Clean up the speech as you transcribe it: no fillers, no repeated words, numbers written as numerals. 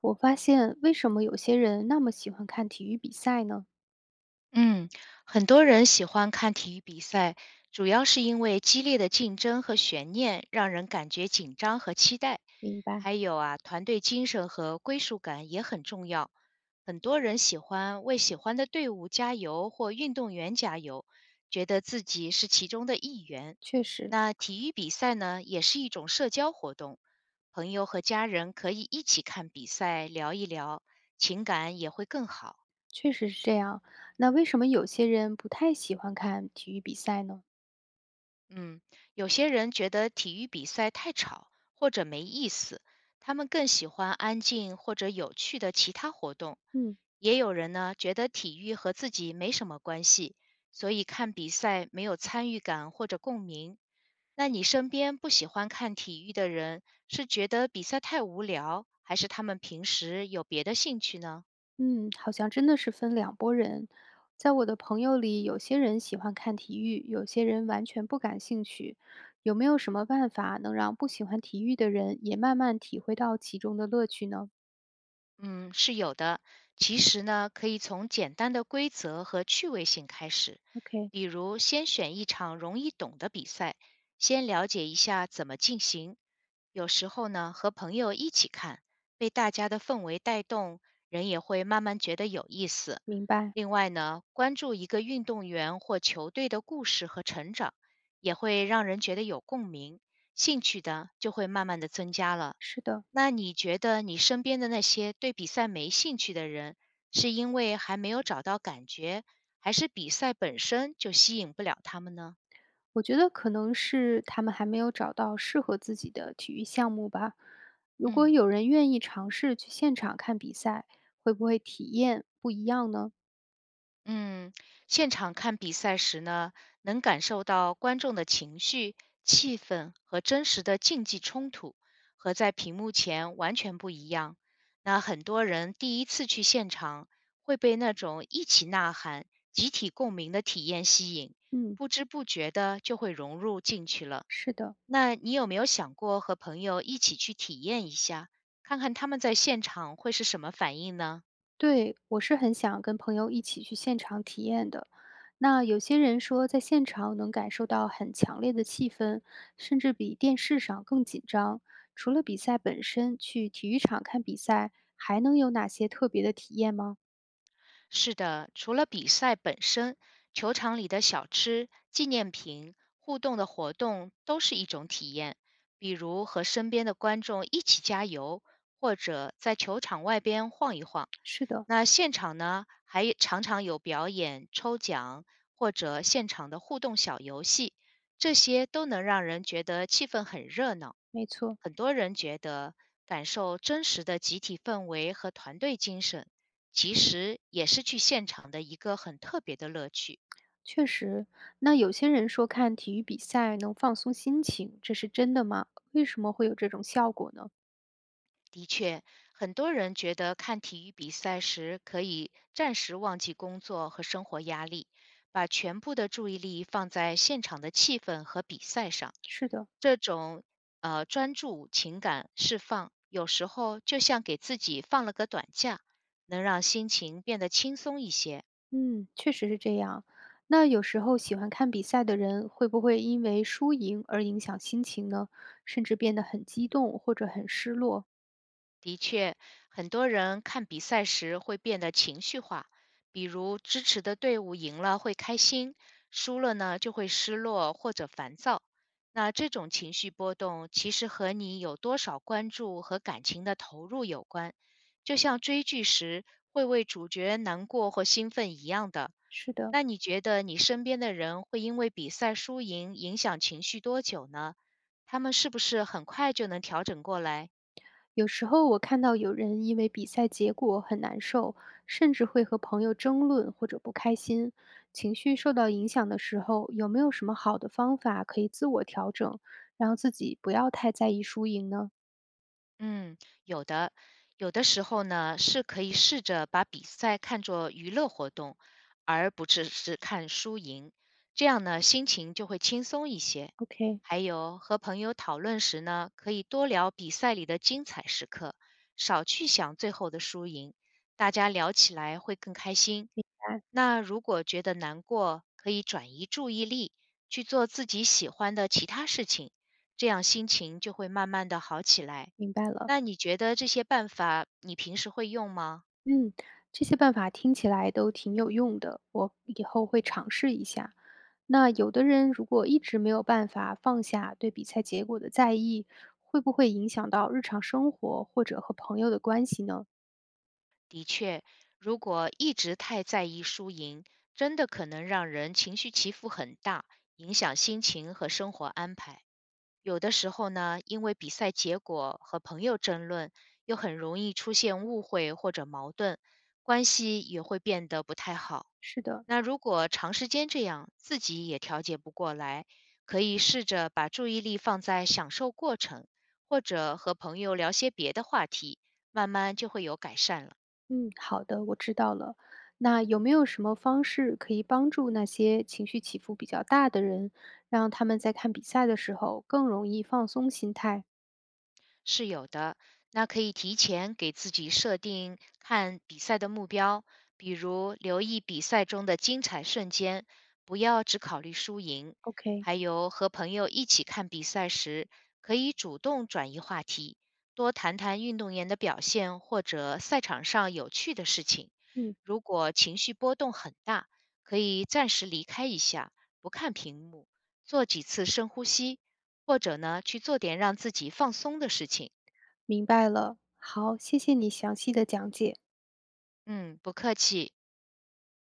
我发现为什么有些人那么喜欢看体育比赛呢？嗯，很多人喜欢看体育比赛，主要是因为激烈的竞争和悬念让人感觉紧张和期待。明白，还有啊，团队精神和归属感也很重要。很多人喜欢为喜欢的队伍加油或运动员加油，觉得自己是其中的一员。确实，那体育比赛呢，也是一种社交活动，朋友和家人可以一起看比赛，聊一聊，情感也会更好。确实是这样。那为什么有些人不太喜欢看体育比赛呢？嗯，有些人觉得体育比赛太吵或者没意思，他们更喜欢安静或者有趣的其他活动。嗯，也有人呢，觉得体育和自己没什么关系，所以看比赛没有参与感或者共鸣。那你身边不喜欢看体育的人，是觉得比赛太无聊，还是他们平时有别的兴趣呢？嗯，好像真的是分两拨人。在我的朋友里，有些人喜欢看体育，有些人完全不感兴趣。有没有什么办法能让不喜欢体育的人也慢慢体会到其中的乐趣呢嗯，是有的。其实呢，可以从简单的规则和趣味性开始，？OK，比如先选一场容易懂的比赛，先了解一下怎么进行。有时候呢，和朋友一起看，被大家的氛围带动，人也会慢慢觉得有意思。明白。另外呢，关注一个运动员或球队的故事和成长，也会让人觉得有共鸣，兴趣的就会慢慢的增加了。是的。那你觉得你身边的那些对比赛没兴趣的人，是因为还没有找到感觉，还是比赛本身就吸引不了他们呢？我觉得可能是他们还没有找到适合自己的体育项目吧。如果嗯。有人愿意尝试去现场看比赛，会不会体验不一样呢？嗯，现场看比赛时呢，能感受到观众的情绪、气氛和真实的竞技冲突，和在屏幕前完全不一样。那很多人第一次去现场，会被那种一起呐喊、集体共鸣的体验吸引，嗯，不知不觉的就会融入进去了。是的，那你有没有想过和朋友一起去体验一下，看看他们在现场会是什么反应呢？对，我是很想跟朋友一起去现场体验的。那有些人说，在现场能感受到很强烈的气氛，甚至比电视上更紧张。除了比赛本身，去体育场看比赛还能有哪些特别的体验吗？是的，除了比赛本身，球场里的小吃、纪念品、互动的活动都是一种体验，比如和身边的观众一起加油，或者在球场外边晃一晃。是的，那现场呢，还常常有表演、抽奖或者现场的互动小游戏，这些都能让人觉得气氛很热闹。没错。很多人觉得感受真实的集体氛围和团队精神，其实也是去现场的一个很特别的乐趣。确实，那有些人说看体育比赛能放松心情，这是真的吗？为什么会有这种效果呢？的确，很多人觉得看体育比赛时可以暂时忘记工作和生活压力，把全部的注意力放在现场的气氛和比赛上。是的，这种专注、情感释放，有时候就像给自己放了个短假，能让心情变得轻松一些。嗯，确实是这样。那有时候喜欢看比赛的人，会不会因为输赢而影响心情呢？甚至变得很激动或者很失落？的确，很多人看比赛时会变得情绪化，比如支持的队伍赢了会开心，输了呢就会失落或者烦躁。那这种情绪波动其实和你有多少关注和感情的投入有关，就像追剧时会为主角难过或兴奋一样的。是的，那你觉得你身边的人会因为比赛输赢影响情绪多久呢？他们是不是很快就能调整过来？有时候我看到有人因为比赛结果很难受，甚至会和朋友争论或者不开心，情绪受到影响的时候，有没有什么好的方法可以自我调整，让自己不要太在意输赢呢嗯，有的，有的时候呢，是可以试着把比赛看作娱乐活动，而不只是看输赢，这样呢，心情就会轻松一些。？OK，还有和朋友讨论时呢，可以多聊比赛里的精彩时刻，少去想最后的输赢，大家聊起来会更开心。哎，那如果觉得难过，可以转移注意力，去做自己喜欢的其他事情，这样心情就会慢慢的好起来。明白了。那你觉得这些办法你平时会用吗？嗯，这些办法听起来都挺有用的，我以后会尝试一下。那有的人如果一直没有办法放下对比赛结果的在意，会不会影响到日常生活或者和朋友的关系呢？的确，如果一直太在意输赢，真的可能让人情绪起伏很大，影响心情和生活安排。有的时候呢，因为比赛结果和朋友争论，又很容易出现误会或者矛盾，关系也会变得不太好。是的，那如果长时间这样，自己也调节不过来，可以试着把注意力放在享受过程，或者和朋友聊些别的话题，慢慢就会有改善了。嗯，好的，我知道了。那有没有什么方式可以帮助那些情绪起伏比较大的人，让他们在看比赛的时候更容易放松心态是有的，那可以提前给自己设定看比赛的目标，比如留意比赛中的精彩瞬间，不要只考虑输赢。？OK，还有和朋友一起看比赛时，可以主动转移话题，多谈谈运动员的表现或者赛场上有趣的事情。嗯，如果情绪波动很大，可以暂时离开一下，不看屏幕，做几次深呼吸，或者呢去做点让自己放松的事情。明白了。好，谢谢你详细的讲解。嗯，不客气。